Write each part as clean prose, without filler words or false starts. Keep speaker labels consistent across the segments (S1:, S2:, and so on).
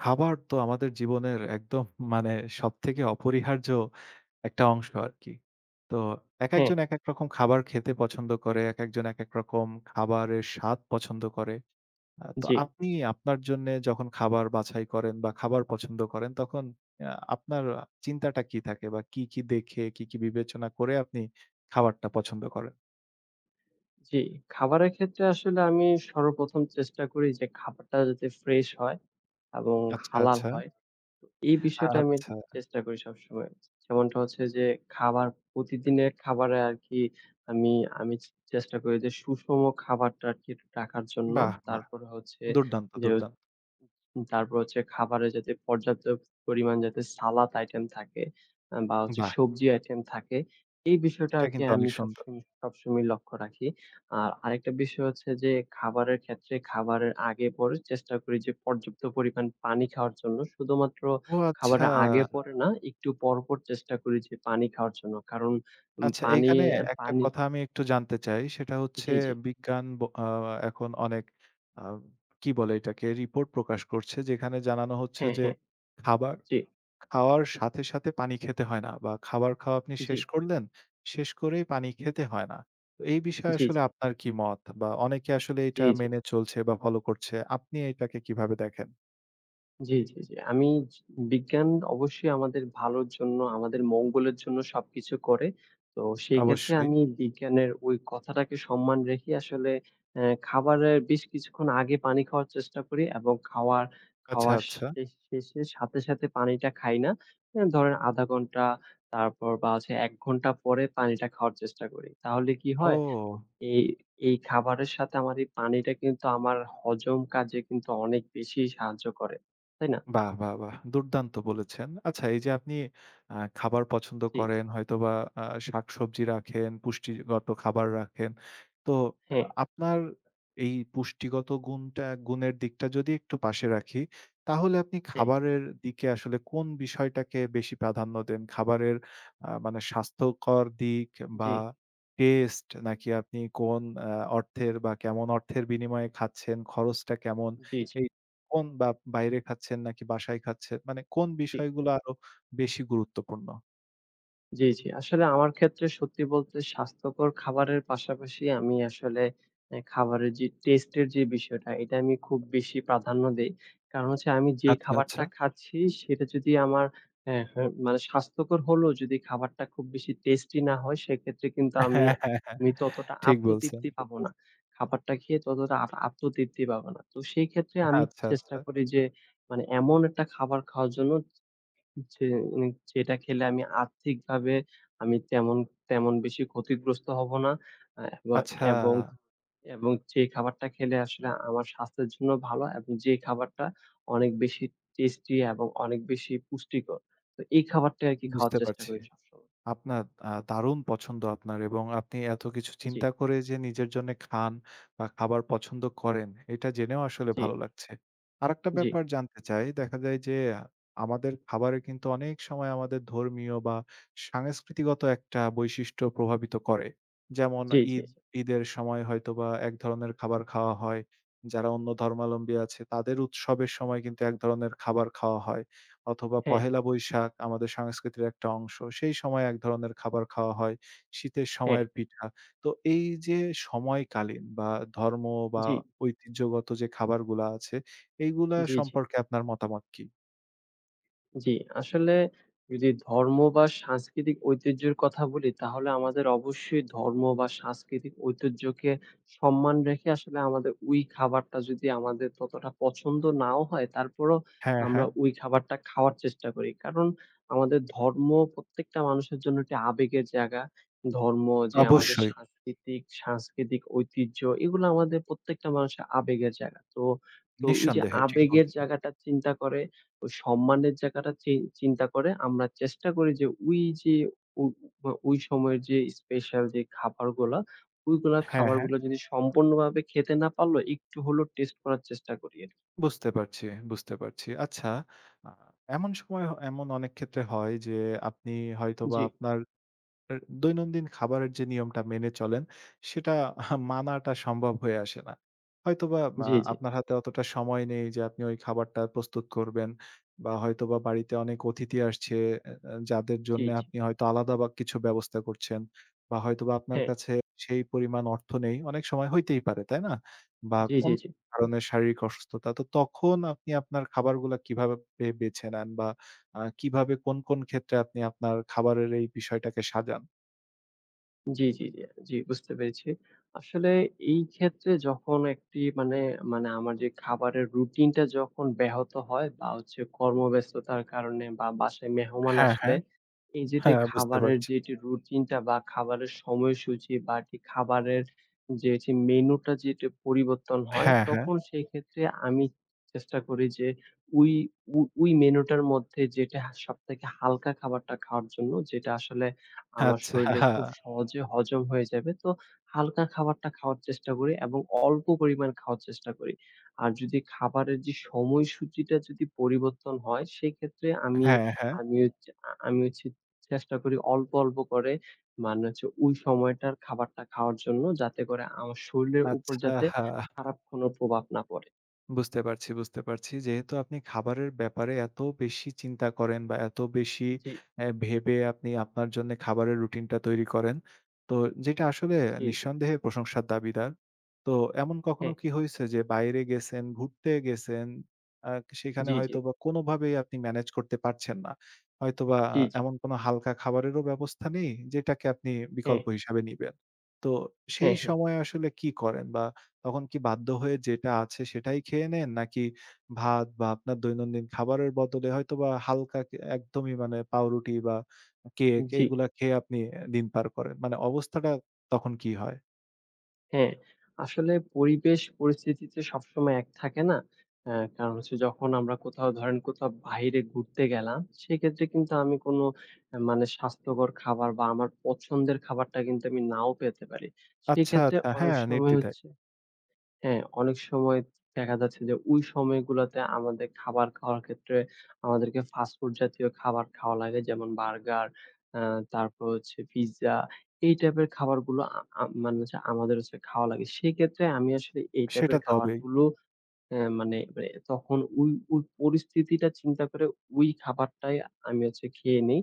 S1: খাবার তো আমাদের জীবনের একদম মানে সবথেকে অপরিহার্য একটা অংশ আরকি। তো
S2: হ্যাঁ,
S1: একেকজন একেক রকম খাবার খেতে পছন্দ করে, একেকজন একেক রকম খাবারের স্বাদ পছন্দ করে। তো
S2: জি,
S1: আপনি আপনার জন্যে যখন খাবার বাছাই করেন বা খাবার পছন্দ করেন তখন আ আপনার চিন্তাটা কি থাকে বা কি, কি দেখে কি, কি বিবেচনা করে আপনি খাবারটা পছন্দ করেন?
S2: জি। খাবারের ক্ষেত্রে আসলে আমি সর্বপ্রথম চেষ্টা করি যে খাবারটা যাতে ফ্রেশ হয় এবং
S1: আচ্ছা,
S2: হালাল
S1: আচ্ছা,
S2: হয়। তো এই বিষয়টা আমি
S1: আচ্ছা।
S2: চেষ্টা করি সবসময়। যেমনটা হচ্ছে যে খাবার প্রতিদিনের খাবারে আরকি আমি আমি চেষ্টা করি যে সুষম খাবারটা আরকি রাখার জন্য।
S1: বাহ! বাহ!
S2: তারপরে হচ্ছে
S1: দুর্দান্ত,
S2: যে
S1: দুর্দান্ত।
S2: তারপর হচ্ছে খাবারে যাতে পর্যাপ্ত পরিমাণ যাতে সালাদ আইটেম থাকে, বা হচ্ছে
S1: বাহ!
S2: সবজি আইটেম থাকে। এই বিষয়টা
S1: এটা
S2: আরকি
S1: কিন্তু অনেক
S2: আমি
S1: সুন্দর।
S2: সবসময় সবসময় লক্ষ্য রাখি। আর আরেকটা বিষয় হচ্ছে যে খাবারের ক্ষেত্রে খাবারের আগে পরে চেষ্টা করি যে পর্যাপ্ত পরিমাণ পানি খাওয়ার জন্য। শুধুমাত্র
S1: ও আচ্ছা।
S2: খাবারের আগে পরে না, একটু পরপর চেষ্টা করি যে পানি খাওয়ার জন্য। কারণ
S1: আচ্ছা,
S2: পানি,
S1: এইখানে
S2: জি।
S1: একটা
S2: পানি
S1: কথা আমি একটু জানতে চাই। সেটা হচ্ছে
S2: জি, জি।
S1: বিজ্ঞান ব আ এখন অনেক আ কি বলে এটাকে? রিপোর্ট প্রকাশ করছে। যেখানে জানানো হচ্ছে
S2: হ্যাঁ,
S1: যে,
S2: হ্যাঁ।
S1: খাবার
S2: জি,
S1: খাওয়ার সাথে, সাথে পানি খেতে হয় না বা খাবার খাওয়া আপনি
S2: জি,
S1: শেষ করলেন, শেষ করেই পানি খেতে হয় না। তো এই বিষয়ে
S2: জি, জি,
S1: আসলে আপনার কি মত? বা অনেকে আসলে
S2: জি,
S1: এটা
S2: জি।
S1: মেনে চলছে বা ফলো করছে। আপনি এটাকে কিভাবে দেখেন?
S2: জি, জি, জি। আমি জি বিজ্ঞান অবশ্যই আমাদের ভালোর জন্য, আমাদের মঙ্গলের জন্য সবকিছু করে। তো সেই ক্ষেত্রে
S1: অবশ্যই।
S2: আমি বিজ্ঞানের ওই কথাটাকে সম্মান রেখে আসলে খাবারের বেশ কিছুক্ষণ আগে পানি খাওয়ার চেষ্টা করি এবং খাওয়ার
S1: আচ্ছা,
S2: খাওয়া
S1: আচ্ছা।
S2: শেষে সাথে পানিটা খাই না। ধরেন ০.৫ ঘন্টা তারপর বা হচ্ছে ১ ঘন্টা পরে পানিটা খাওয়ার চেষ্টা করি। তাহলে কি হয়?
S1: ও!
S2: এই এই খাবারের সাথে আমার এই পানিটা কিন্তু আমার হজম কাজে কিন্তু অনেক বেশি সাহায্য করে। তাই না?
S1: বাহ! বাহ! বাহ! দুর্দান্ত বলেছেন। আচ্ছা এই যে আপনি খাবার পছন্দ
S2: জি,
S1: করেন, হয়তোবা শাকসবজি রাখেন, পুষ্টিগত খাবার রাখেন। তো আ
S2: হ্যাঁ,
S1: আপনার এই পুষ্টিগত গুণটা গুণের দিকটা যদি একটু পাশে রাখি, তাহলে আপনি
S2: হ্যাঁ।
S1: খাবারের দিকে আসলে কোন বিষয়টাকে বেশি প্রাধান্য দেন? খাবারের আ মানে স্বাস্থ্যকর দিক বা
S2: জি,
S1: টেস্ট নাকি আপনি কোন অর্থের বা কেমন অর্থের বিনিময়ে খাচ্ছেন, খরচটা কেমন?
S2: জি, জি,
S1: এই কোন বা বাইরে খাচ্ছেন নাকি বাসায় খাচ্ছেন? মানে কোন
S2: জি।
S1: বিষয়গুলো আরো বেশি গুরুত্বপূর্ণ?
S2: জি, জি। আসলে আমার ক্ষেত্রে সত্যি বলতে স্বাস্থ্যকর খাবারের পাশাপাশি আমি আসলে এ খাবারের যে টেস্ট এর যে বিষয়টা, এটা আমি খুব বেশি প্রাধান্য দেই। কারণ হচ্ছে আমি যে
S1: আচ্ছা, আচ্ছা।
S2: খাবারটা খাচ্ছি সেটা যদি আমার হ্যাঁ, মানে স্বাস্থ্যকর হলেও যদি খাবারটা খুব বেশি টেস্টি না হয় সেক্ষেত্রে কিন্তু আমি
S1: হ্যাঁ, হ্যাঁ,
S2: আমি ততটা
S1: ঠিক বলছেন।
S2: আত্মতৃপ্তি পাবো না। খাবারটা খেয়ে ততটা আত্মতৃপ্তি পাবো না। তো সেই ক্ষেত্রে আমি
S1: আচ্ছা, আচ্ছা।
S2: চেষ্টা করি যে মানে এমন একটা খাবার খাওয়ার জন্য যে উম যেটা খেলে আমি আর্থিকভাবে আমি তেমন তেমন বেশি ক্ষতিগ্রস্ত হব না। আ এব
S1: আচ্ছা,
S2: এবং আচ্ছা। এবং যে খাবারটা খেলে আসলে আমার স্বাস্থ্যের জন্য ভালো এবং যে খাবারটা অনেক বেশি টেস্টি এবং অনেক বেশি পুষ্টিকর। তো এই খাবারটাই আরকি খাওয়ার
S1: বুঝতে
S2: চেষ্টা
S1: পারছি।
S2: করি সবসময়।
S1: আপনার দারুণ পছন্দ আপনার এবং আপনি এত কিছু
S2: জি,
S1: চিন্তা করে যে নিজের জন্য খান বা খাবার পছন্দ করেন, এটা জেনেও আসলে
S2: জি,
S1: ভালো লাগছে। আরেকটা
S2: জি,
S1: ব্যাপার জানতে চাই, দেখা যায় যে আমাদের খাবারে কিন্তু অনেক সময় আমাদের ধর্মীয় বা সাংস্কৃতিগত একটা বৈশিষ্ট্য প্রভাবিত করে। যেমন
S2: জি, জি। জি।
S1: ঈদ ঈদের সময় হয়তোবা এক ধরনের খাবার খাওয়া হয়। যারা অন্য ধর্মাবলম্বী আছে তাদের উৎসবের সময় কিন্তু এক ধরনের খাবার খাওয়া হয়। অথবা
S2: হ্যাঁ,
S1: পহেলা বৈশাখ আমাদের সংস্কৃতির একটা অংশ। সেই সময় এক ধরনের খাবার খাওয়া হয়। শীতের
S2: হ্যাঁ।
S1: সময়ের পিঠা। তো এই যে সময়কালীন বা ধর্ম বা
S2: জি,
S1: ঐতিহ্যগত যে খাবারগুলা আছে, এইগুলা
S2: জি, জি।
S1: সম্পর্কে আপনার মতামত কি?
S2: জি, আসলে যদি ধর্ম বা সাংস্কৃতিক ঐতিহ্যের কথা বলি, তাহলে আমাদের অবশ্যই ধর্ম বা সাংস্কৃতিক ঐতিহ্যকে সম্মান রেখে আসলে আমাদের ওই খাবারটা যদি আমাদের ততটা পছন্দ নাও হয়, তারপরও
S1: হ্যাঁ, হ্যাঁ।
S2: আমরা ওই খাবারটা খাওয়ার চেষ্টা করি। কারণ আমাদের ধর্ম প্রত্যেকটা মানুষের জন্য একটি আবেগের জায়গা। ধর্ম যে আমাদের
S1: অবশ্যই।
S2: সাংস্কৃতিক সাংস্কৃতিক ঐতিহ্য এগুলো আমাদের প্রত্যেকটা মানুষের আবেগের জায়গা। তো ওই যে
S1: নিঃসন্দেহে ঠিক
S2: আবেগের
S1: বলছেন।
S2: জায়গাটা চিন্তা করে ওই সম্মানের জায়গাটা চিন্তা করে আমরা চেষ্টা করি যে ওই যে ও বা ওই সময়ের যে স্পেশাল যে খাবারগুলা, ওইগুলা
S1: হ্যাঁ, হ্যাঁ।
S2: খাবারগুলা যদি সম্পূর্ণভাবে খেতে না পারলেও একটু হলেও টেস্ট করার চেষ্টা করি আরকি।
S1: বুঝতে পারছি, বুঝতে পারছি। আচ্ছা আ এমন সময় এমন অনেক ক্ষেত্রে হয় যে আপনি হয়তোবা
S2: জি,
S1: আপনার এর দৈনন্দিন খাবারের যে নিয়মটা মেনে চলেন, সেটা মানাটা সম্ভব হয়ে আসে না। হয়তোবা
S2: জি, জি,
S1: আপনার হাতে অতটা সময় নেই যে আপনি ওই খাবারটা প্রস্তুত করবেন বা হয়তোবা বাড়িতে অনেক অতিথি আসছে এ এ যাদের
S2: জি,
S1: জন্যে
S2: জি।
S1: আপনি হয়তো আলাদা বা কিছু ব্যবস্থা করছেন বা হয়তোবা আপনার
S2: হ্যাঁ,
S1: কাছে সেই পরিমাণ অর্থ নেই। অনেক সময় হইতেই পারে, তাই না? বা
S2: জি, জি,
S1: অন্য
S2: জি।
S1: কারণে শারীরিক অসুস্থতা। তো তখন আপনি আপনার খাবারগুলা কিভাবে বেছে নেন বা কিভাবে কোন, কোন ক্ষেত্রে আপনি আপনার খাবারের এই বিষয়টাকে সাজান?
S2: জি, জি, জি, জি বুঝতে পেরেছি। আসলে এই ক্ষেত্রে যখন একটি মানে, মানে আমার যে খাবারের রুটিনটা যখন ব্যাহত হয় বা হচ্ছে কর্মব্যস্ততার কারণে বা বাসায় মেহমান
S1: হ্যাঁ,
S2: আসলে
S1: হ্যাঁ।
S2: এই যে, যে
S1: হ্যাঁ, বুঝতে
S2: খাবারের
S1: পারছি।
S2: যে এটি রুটিনটা বা খাবারের সময়সূচি বা এটি খাবারের যে এটি মেনুটা যেটা পরিবর্তন হয়,
S1: হ্যাঁ, হ্যাঁ।
S2: তখন সেই ক্ষেত্রে আমি চেষ্টা করি যে ওই, ও ওই মেনুটার মধ্যে যেটা সবথেকে হালকা খাবারটা খাওয়ার জন্য যেটা আসলে আমার
S1: আচ্ছা।
S2: শরীরে খুব সহজে হজম হয়ে যাবে। তো হালকা খাবারটা খাওয়ার চেষ্টা করি এবং অল্প পরিমাণ খাওয়ার চেষ্টা করি। আর যদি খাবারের যে সময়সূচিটা যদি পরিবর্তন হয়, সেক্ষেত্রে আমি
S1: হ্যাঁ, হ্যাঁ।
S2: আমি হচ্ছে আ আমি হচ্ছে চেষ্টা করি অল্প করে মানে হচ্ছে ওই সময়টার খাবারটা খাওয়ার জন্য যাতে করে আমার শরীরের উপর
S1: আচ্ছা।
S2: যাতে
S1: হ্যাঁ।
S2: খারাপ কোনো প্রভাব না পড়ে।
S1: বুঝতে পারছি, বুঝতে পারছি। যেহেতু আপনি খাবারের ব্যাপারে এত বেশি চিন্তা করেন বা এত বেশি
S2: জি,
S1: ভেবে আপনি আপনার জন্যে খাবারের রুটিনটা তৈরি করেন। তো যেটা আসলে
S2: জি, জি।
S1: নিঃসন্দেহে প্রশংসার দাবিদার। তো এমন কখনো
S2: হ্যাঁ,
S1: কি হইছে যে বাইরে গেছেন, ঘুরতে গেছেন, আ সেখানে
S2: জি, জি,
S1: হয়তোবা কোনোভাবেই আপনি ম্যানেজ করতে পারছেন না। হয়তোবা
S2: জি, জি।
S1: এমন কোনো হালকা খাবারেরও ব্যবস্থা নেই যেটাকে আপনি
S2: হ্যাঁ,
S1: বিকল্প হিসাবে নিবেন। তো সেই
S2: হ্যাঁ, হ্যাঁ।
S1: সময়ে আসলে কি করেন? বা তখন কি বাধ্য হয়ে যেটা আছে সেটাই খেয়ে নেন? নাকি ভাত বা আপনার দৈনন্দিন খাবারের বদলে হয়তোবা হালকা কে একদমই মানে পাউরুটি বা কেক
S2: জি।
S1: এইগুলা খেয়ে আপনি দিন পার করেন? মানে অবস্থাটা তখন কি হয়?
S2: হ্যাঁ, আসলে পরিবেশ পরিস্থিতি তো সবসময় এক থাকে না। আ কারণ হচ্ছে যখন আমরা কোথাও ধরেন কোথাও বাইরে ঘুরতে গেলাম, সেক্ষেত্রে কিন্তু আমি কোন মানে স্বাস্থ্যকর খাবার বা আমার পছন্দের খাবারটা কিন্তু আমি নাও পেতে পারি।
S1: আচ্ছা,
S2: সেক্ষেত্রে
S1: আচ্ছা।
S2: অনেক
S1: হ্যাঁ,
S2: সময়
S1: নির্দ্বিধায়।
S2: হচ্ছে হ্যাঁ, অনেক সময় দেখা যাচ্ছে যে ওই সময়গুলাতে আমাদের খাবার খাওয়ার ক্ষেত্রে আমাদেরকে ফাস্ট ফুড জাতীয় খাবার খাওয়া লাগে। যেমন বার্গার, আ তারপর হচ্ছে পিজ্জা এই টাইপের খাবারগুলো আ আ মানে হচ্ছে আমাদের হচ্ছে খাওয়া লাগে। সেক্ষেত্রে আমি আসলে এই
S1: সেটা
S2: টাইপের
S1: তো হবেই।
S2: খাবারগুলো হ্যাঁ, মানে মানে তখন ওই ওই পরিস্থিতিটা চিন্তা করে ওই খাবারটাই আমি হচ্ছে খেয়ে নেই।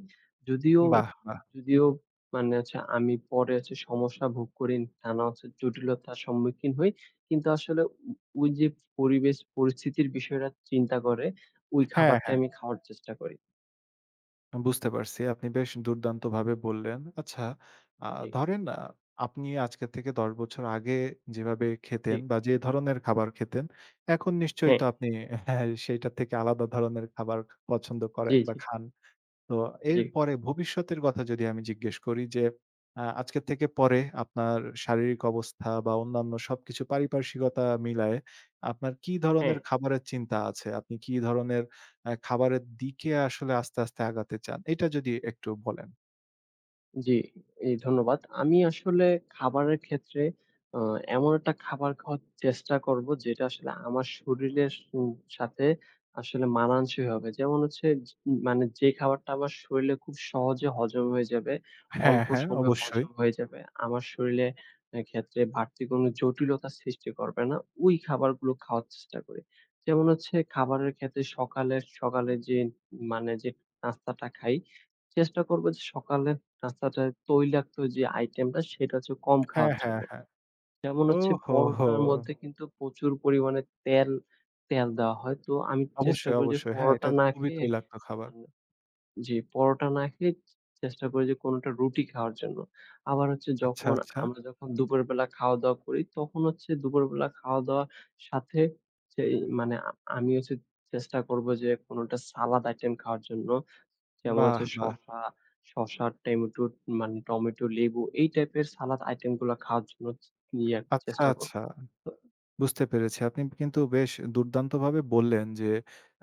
S2: যদিও
S1: বাহ! বাহ!
S2: যদিও মানে হচ্ছে আমি পরে হচ্ছে সমস্যা ভোগ করি, নানা হচ্ছে জটিলতার সম্মুখীন হই। কিন্তু আসলে ওই যে পরিবেশ পরিস্থিতির বিষয়টা চিন্তা করে ওই
S1: হ্যাঁ,
S2: খাবারটাই
S1: হ্যাঁ।
S2: আমি খাওয়ার চেষ্টা করি।
S1: বুঝতে পারছি। আপনি বেশ দুর্দান্তভাবে বললেন। আচ্ছা, আ
S2: জি,
S1: ধরেন আপনি আজকে থেকে ১০ বছর আগে যেভাবে
S2: জি।
S1: খেতেন বা যে ধরনের খাবার খেতেন, এখন নিশ্চয়ই
S2: হ্যাঁ,
S1: তো আপনি হ্যাঁ, সেইটা থেকে আলাদা ধরনের খাবার পছন্দ করেন
S2: জি,
S1: বা
S2: জি,
S1: খান। তো
S2: জি।
S1: এরপরে ভবিষ্যতের কথা যদি আমি জিজ্ঞেস করি যে, আজকের থেকে পরে আপনার শারীরিক অবস্থা বা অন্যান্য সবকিছু পারিপার্শ্বিকতা মিলায়ে আপনার কি
S2: হ্যাঁ।
S1: ধরনের খাবারের চিন্তা আছে? আপনি কি ধরনের খাবারের দিকে আসলে আস্তে, আস্তে আগাতে চান? এটা যদি একটু বলেন।
S2: জি, এই ধন্যবাদ। আমি আসলে খাবারের ক্ষেত্রে আ এমন একটা খাবার খাওয়ার চেষ্টা করব যেটা আসলে আমার শরীরের সাথে আসলে মানানসই হবে। যেমন হচ্ছে যে মানে যে খাবারটা আমার শরীরে খুব সহজে হজম হয়ে যাবে,
S1: হ্যাঁ,
S2: অল্প
S1: হ্যাঁ,
S2: সময়ে
S1: অবশ্যই।
S2: হজম হয়ে যাবে। আমার শরীরে এ ক্ষেত্রে বাড়তি কোনো জটিলতা সৃষ্টি করবে না। ওই খাবারগুলো খাওয়ার চেষ্টা করি। যেমন হচ্ছে খাবারের ক্ষেত্রে সকালে সকালে যে মানে যে নাস্তাটা খাই, চেষ্টা করব যে সকালে নাস্তাটায় তৈলাক্ত যে আইটেমটা সেটা হচ্ছে কম
S1: হ্যাঁ,
S2: খাওয়ার
S1: হ্যাঁ,
S2: জন্য।
S1: হ্যাঁ।
S2: যেমন হচ্ছে
S1: ওহোহো!
S2: পরোটার মধ্যে কিন্তু প্রচুর পরিমাণে তেল তেল দেওয়া হয়। তো আমি চেষ্টা
S1: অবশ্যই,
S2: করি যে
S1: অবশ্যই। হ্যাঁ,
S2: পরোটা
S1: এটা তো
S2: না
S1: খুবই
S2: খেয়ে
S1: তৈলাক্ত খাবার।
S2: মানে জি, পরোটা না খেয়ে চেষ্টা করি যে কোনো একটা রুটি খাওয়ার জন্য। আবার হচ্ছে
S1: আচ্ছা,
S2: যখন
S1: আচ্ছা।
S2: আমরা যখন দুপুরবেলা খাওয়া-দাওয়া করি তখন হচ্ছে দুপুরবেলা খাওয়া-দাওয়ার সাথে সেই মানে আ আমি হচ্ছে চেষ্টা করব যে কোনো একটা সালাদ আইটেম খাওয়ার জন্য। যেমন
S1: বাহ!
S2: হচ্ছে
S1: বাহ!
S2: শসা, টমেটো মানে টমেটো, লেবু এই টাইপের সালাদ আইটেম গুলা খাওয়ার জন্য ইয়ে
S1: আচ্ছা,
S2: চেষ্টা করব।
S1: আচ্ছা।
S2: তো
S1: বুঝতে পেরেছি। আপনি কিন্তু বেশ দুর্দান্তভাবে বললেন যে,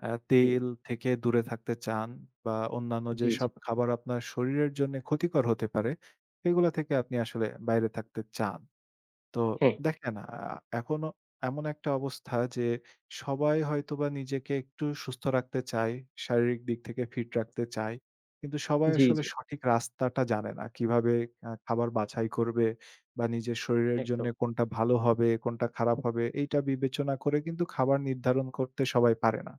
S2: জি,
S1: তেল থেকে দূরে থাকতে চান বা অন্যান্য
S2: জি, জি।
S1: যেসব খাবার আপনার শরীরের জন্যে ক্ষতিকর হতে পারে, সেগুলা থেকে আপনি আসলে বাইরে থাকতে চান। তো
S2: হ্যাঁ,
S1: দেখেন এখনো এমন একটা অবস্থা যে সবাই হয়তোবা নিজেকে একটু সুস্থ রাখতে চায়, শারীরিক দিক থেকে ফিট রাখতে চায়। কিন্তু সবাই
S2: জি,
S1: আসলে
S2: জি,
S1: সঠিক রাস্তাটা জানে না। কিভাবে খাবার বাছাই করবে বা নিজের শরীরের জন্য
S2: একদম।
S1: কোনটা ভালো হবে, কোনটা খারাপ হবে এইটা বিবেচনা করে কিন্তু খাবার নির্ধারণ করতে সবাই পারে না।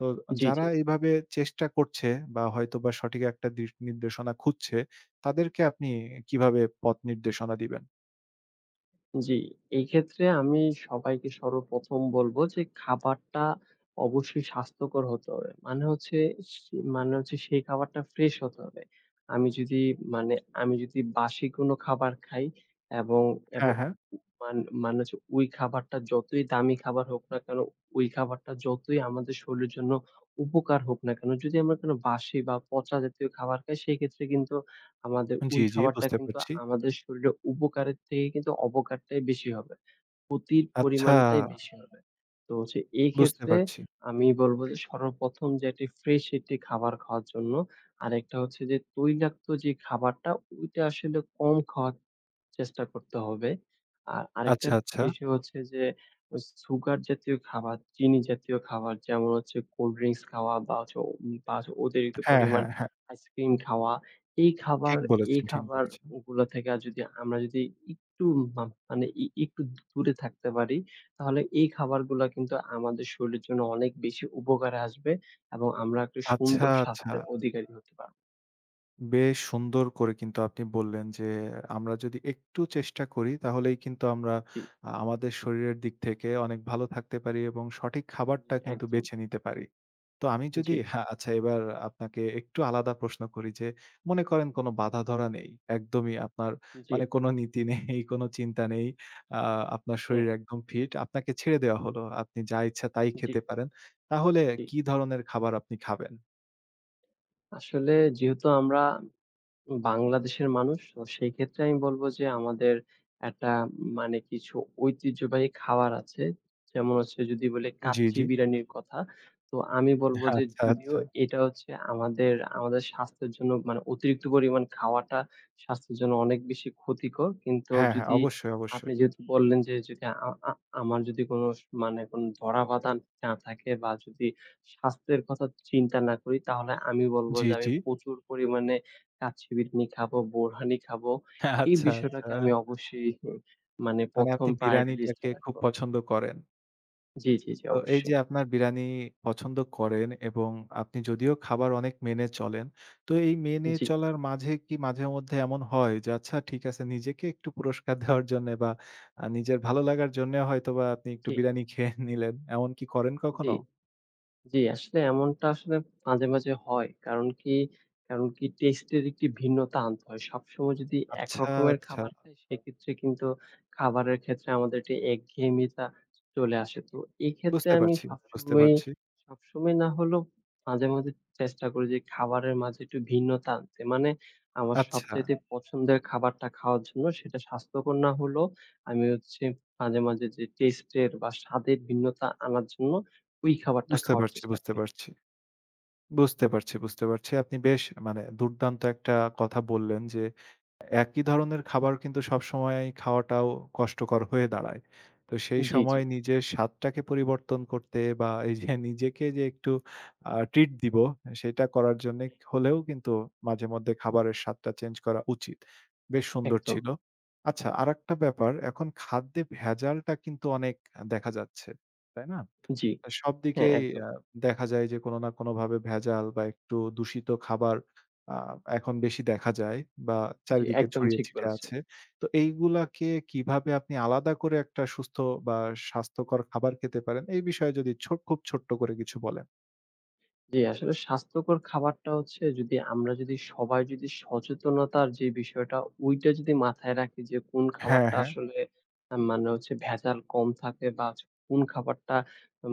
S1: তো
S2: জি, জি,
S1: যারা এইভাবে চেষ্টা করছে বা হয়তোবা সঠিক একটা দিক নির্দেশনা খুঁজছে, তাদেরকে আপনি কিভাবে পথ নির্দেশনা দিবেন?
S2: জি। এই ক্ষেত্রে আমি সবাইকে সর্বপ্রথম বলব যে খাবারটা অবশ্যই স্বাস্থ্যকর হতে হবে। মানে হচ্ছে মানে হচ্ছে সেই খাবারটা ফ্রেশ হতে হবে। আমি যদি মানে আমি যদি বাসি কোনো খাবার খাই এবং
S1: হ্যাঁ,
S2: এবং
S1: হ্যাঁ।
S2: মান মানে হচ্ছে ওই খাবারটা যতই দামি খাবার হোক না কেন, ওই খাবারটা যতই আমাদের শরীরের জন্য উপকার হোক না কেন, যদি আমরা কোনো বাসি বা পচা জাতীয় খাবার খাই সেক্ষেত্রে কিন্তু আমাদের
S1: জি,
S2: ওই
S1: জি
S2: খাবারটা
S1: বুঝতে
S2: কিন্তু
S1: পারছি।
S2: আমাদের শরীরে উপকারের থেকে কিন্তু অপকারটাই বেশি হবে। ক্ষতির
S1: আচ্ছা,
S2: পরিমাণটাই বেশি হবে। তো হচ্ছে এই
S1: বুঝতে
S2: ক্ষেত্রে
S1: পারছি।
S2: আমি বলব যে সর্বপ্রথম যে একটি ফ্রেশ একটি খাবার খাওয়ার জন্য, আরেকটা হচ্ছে যে তৈলাক্ত যে খাবারটা ওইটা আসলে কম খাওয়ার চেষ্টা করতে হবে। আর আরেকটা
S1: আচ্ছা, আচ্ছা।
S2: বিষয় হচ্ছে যে ওই সুগার জাতীয় খাবার, চিনি জাতীয় খাবার যেমন হচ্ছে কোল্ড ড্রিংকস খাওয়া বা হচ্ছে বা হচ্ছে অতিরিক্ত
S1: হ্যাঁ,
S2: পরিমাণ
S1: হ্যাঁ, হ্যাঁ।
S2: আইসক্রিম খাওয়া। এই খাবার
S1: ঠিক বলেছেন,
S2: এই
S1: ঠিক বলেছেন।
S2: খাবারগুলা থেকে আর যদি আমরা একটু মা মানে ই একটু দূরে থাকতে পারি, তাহলে এই খাবারগুলা কিন্তু আমাদের শরীরের জন্য অনেক বেশি উপকারে আসবে এবং আমরা একটা
S1: আচ্ছা,
S2: সুন্দর
S1: আচ্ছা।
S2: স্বাস্থ্যের অধিকারী হতে পারব।
S1: বেশ সুন্দর করে কিন্তু আপনি বললেন যে আমরা যদি একটু চেষ্টা করি তাহলেই কিন্তু আমরা
S2: জি,
S1: আমাদের শরীরের দিক থেকে অনেক ভালো থাকতে পারি এবং সঠিক
S2: জি
S1: খাবারটা কিন্তু
S2: একদম।
S1: বেছে নিতে পারি। তো আমি যদি
S2: জি,
S1: হ্যাঁ, আচ্ছা এবার আপনাকে একটু আলাদা প্রশ্ন করি যে মনে করেন কোনো বাঁধা-ধরা নেই। একদমই আপনার
S2: জি,
S1: মানে কোনো নীতি নেই, কোনো চিন্তা নেই। আ আপনার
S2: হ্যাঁ,
S1: শরীর একদম ফিট। আপনাকে ছেড়ে দেওয়া হলো। আপনি যা ইচ্ছা তাই
S2: জি,
S1: খেতে পারেন। তাহলে
S2: জি।
S1: কি ধরনের খাবার আপনি খাবেন?
S2: আসলে যেহেতু আমরা বাংলাদেশের মানুষ। তো সেই ক্ষেত্রে আমি বলব যে আমাদের একটা মানে কিছু ঐতিহ্যবাহী খাবার আছে। যেমন হচ্ছে যদি বলি
S1: জি,
S2: কাচ্চি
S1: জি।
S2: বিরিয়ানির কথা। তো আমি বলব যে
S1: আচ্ছা,
S2: যদিও
S1: আচ্ছা।
S2: এটা হচ্ছে আমাদের স্বাস্থ্যের জন্য মানে অতিরিক্ত পরিমাণ খাওয়াটা স্বাস্থ্যের জন্য অনেক বেশি ক্ষতিকর। কিন্তু
S1: হ্যাঁ, হ্যাঁ,
S2: যদি
S1: অবশ্যই,
S2: আপনি
S1: অবশ্যই।
S2: যেহেতু বললেন যে যদি আ আ আমার যদি কোন মানে কোন ধরা-বাঁধা না থাকে বা যদি স্বাস্থ্যের কথা চিন্তা না করি তাহলে আমি বলব
S1: জি,
S2: যে আমি
S1: জি।
S2: প্রচুর পরিমাণে কাচ্চি বিরিয়ানি খাবো, বোরহানি খাবো। এই
S1: আচ্ছা, আচ্ছা।
S2: বিষয়টাকে আমি অবশ্যই মানে
S1: মানে
S2: ১ম
S1: আপনি
S2: প্রায়োরিটি লিস্ট এ
S1: বিরানিটাকে খুব
S2: রাখবো।
S1: পছন্দ করেন।
S2: জি, জি, জি
S1: তো এই যে
S2: অবশ্যই।
S1: আপনার বিরানি পছন্দ করেন এবং আপনি যদিও খাবার অনেক মেনে চলেন, তো এই মেনে
S2: জি,
S1: চলার মাঝে কি মাঝেমধ্যে এমন হয় যে আচ্ছা ঠিক আছে নিজেকে একটু পুরস্কার দেওয়ার জন্যে বা নিজের ভালো লাগার জন্যে হয়তোবা আপনি একটু
S2: জি,
S1: বিরানি খেয়ে নিলেন। এমন কি করেন
S2: জি।
S1: কখনো?
S2: জি, আসলে এমনটা আসলে মাঝে মাঝে হয়। কারণ কি টেস্ট এর একটি ভিন্নতা আনতে হয়। সবসময় যদি
S1: আচ্ছা,
S2: একরকমের
S1: আচ্ছা।
S2: খাবার খাই সেক্ষেত্রে কিন্তু খাবারের ক্ষেত্রে আমাদের একটি একঘেয়েমিতা চলে আসে। তো এক্ষেত্রে
S1: বুঝতে পারছি, বুঝতে পারছি।
S2: সবসময় না হলেও মাঝে মাঝে চেষ্টা করি যে খাবারের মাঝে একটু ভিন্নতা আনতে। মানে আমার
S1: আচ্ছা,
S2: সবচাইতে পছন্দের খাবারটা খাওয়ার জন্য সেটা স্বাস্থ্যকর না হলেও আমি হচ্ছে মাঝে মাঝে যে টেস্ট এর বা স্বাদের ভিন্নতা আনার জন্য ওই খাবারটা
S1: বুঝতে
S2: খাওয়ার
S1: পারছি,
S2: চেষ্টা
S1: বুঝতে
S2: করি।
S1: পারছি। বুঝতে পারছি, বুঝতে পারছি। আপনি বেশ দুর্দান্ত একটা কথা বললেন যে, একই ধরনের খাবার কিন্তু সবসময়ই খাওয়াটাও কষ্টকর হয়ে দাঁড়ায়। তো সেই
S2: জি, জি।
S1: সময় নিজের স্বাদটাকে পরিবর্তন করতে বা এই যে নিজেকে যে একটু ট্রিট দিব, সেটা করার জন্যে হলেও কিন্তু মাঝেমধ্যে খাবারের স্বাদটা চেঞ্জ করা উচিত। বেশ সুন্দর
S2: একদম।
S1: ছিল। আচ্ছা আরেকটা ব্যাপার, এখন খাদ্যে ভেজালটা কিন্তু অনেক দেখা যাচ্ছে, তাই না?
S2: জি।
S1: সব
S2: হ্যাঁ,
S1: দিকেই
S2: একদম।
S1: দেখা যায় যে কোনো না কোনোভাবে ভেজাল বা একটু দূষিত খাবার আ এখন বেশি দেখা যায় বা
S2: জি,
S1: চারিদিকে
S2: একদম
S1: ছড়িয়ে
S2: ঠিক
S1: ছিটে
S2: বলেছেন।
S1: আছে। তো এইগুলাকে কিভাবে আপনি আলাদা করে একটা সুস্থ বা স্বাস্থ্যকর খাবার খেতে পারেন, এই বিষয়ে যদি খুব ছোট্ট করে কিছু বলেন?
S2: জি, আসলে স্বাস্থ্যকর খাবারটা হচ্ছে যদি আমরা সবাই যদি সচেতনতার যে বিষয়টা ওইটা যদি মাথায় রাখি যে কোন
S1: হ্যাঁ,
S2: খাবারটা
S1: হ্যাঁ।
S2: আসলে মানে হচ্ছে ভেজাল কম থাকে বা হচ্ছে কোন খাবারটা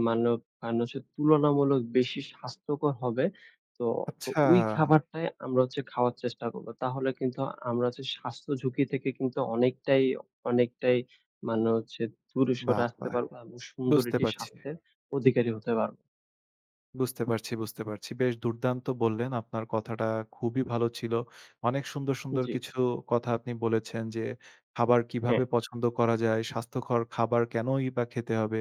S2: মানে মানে হচ্ছে তুলনামূলক বেশি স্বাস্থ্যকর হবে। তো তো
S1: আচ্ছা।
S2: ওই খাবারটাই আমরা হচ্ছে খাওয়ার চেষ্টা করব। তাহলে কিন্তু আমরা হচ্ছে স্বাস্থ্য ঝুঁকি থেকে কিন্তু অনেকটাই মানে হচ্ছে দূরে সরে
S1: বাহ!
S2: আসতে
S1: বাহ!
S2: পারবো এবং সুন্দর
S1: বুঝতে
S2: একটি
S1: পারছি।
S2: স্বাস্থ্যের অধিকারী হতে পারবো।
S1: বুঝতে পারছি, বুঝতে পারছি। বেশ দুর্দান্ত বললেন। আপনার কথাটা খুবই ভালো ছিল। অনেক সুন্দর, সুন্দর
S2: জি,
S1: কিছু কথা আপনি বলেছেন যে, খাবার
S2: হ্যাঁ,
S1: কিভাবে পছন্দ করা যায়, স্বাস্থ্যকর খাবার কেনই বা খেতে হবে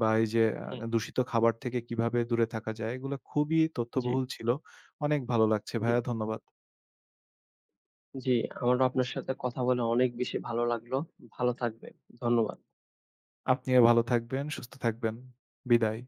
S1: বা এই যে
S2: হ্যাঁ।
S1: দূষিত খাবার থেকে কিভাবে দূরে থাকা যায়, এগুলো খুবই
S2: জি,
S1: তথ্যবহুল ছিল। অনেক ভালো লাগছে
S2: জি,
S1: ভাইয়া ধন্যবাদ।
S2: জি। আমারও আপনার সাথে কথা বলে অনেক বেশি ভালো লাগলো। ভালো থাকবেন। ধন্যবাদ।
S1: আপনিও ভালো থাকবেন, সুস্থ থাকবেন। বিদায়।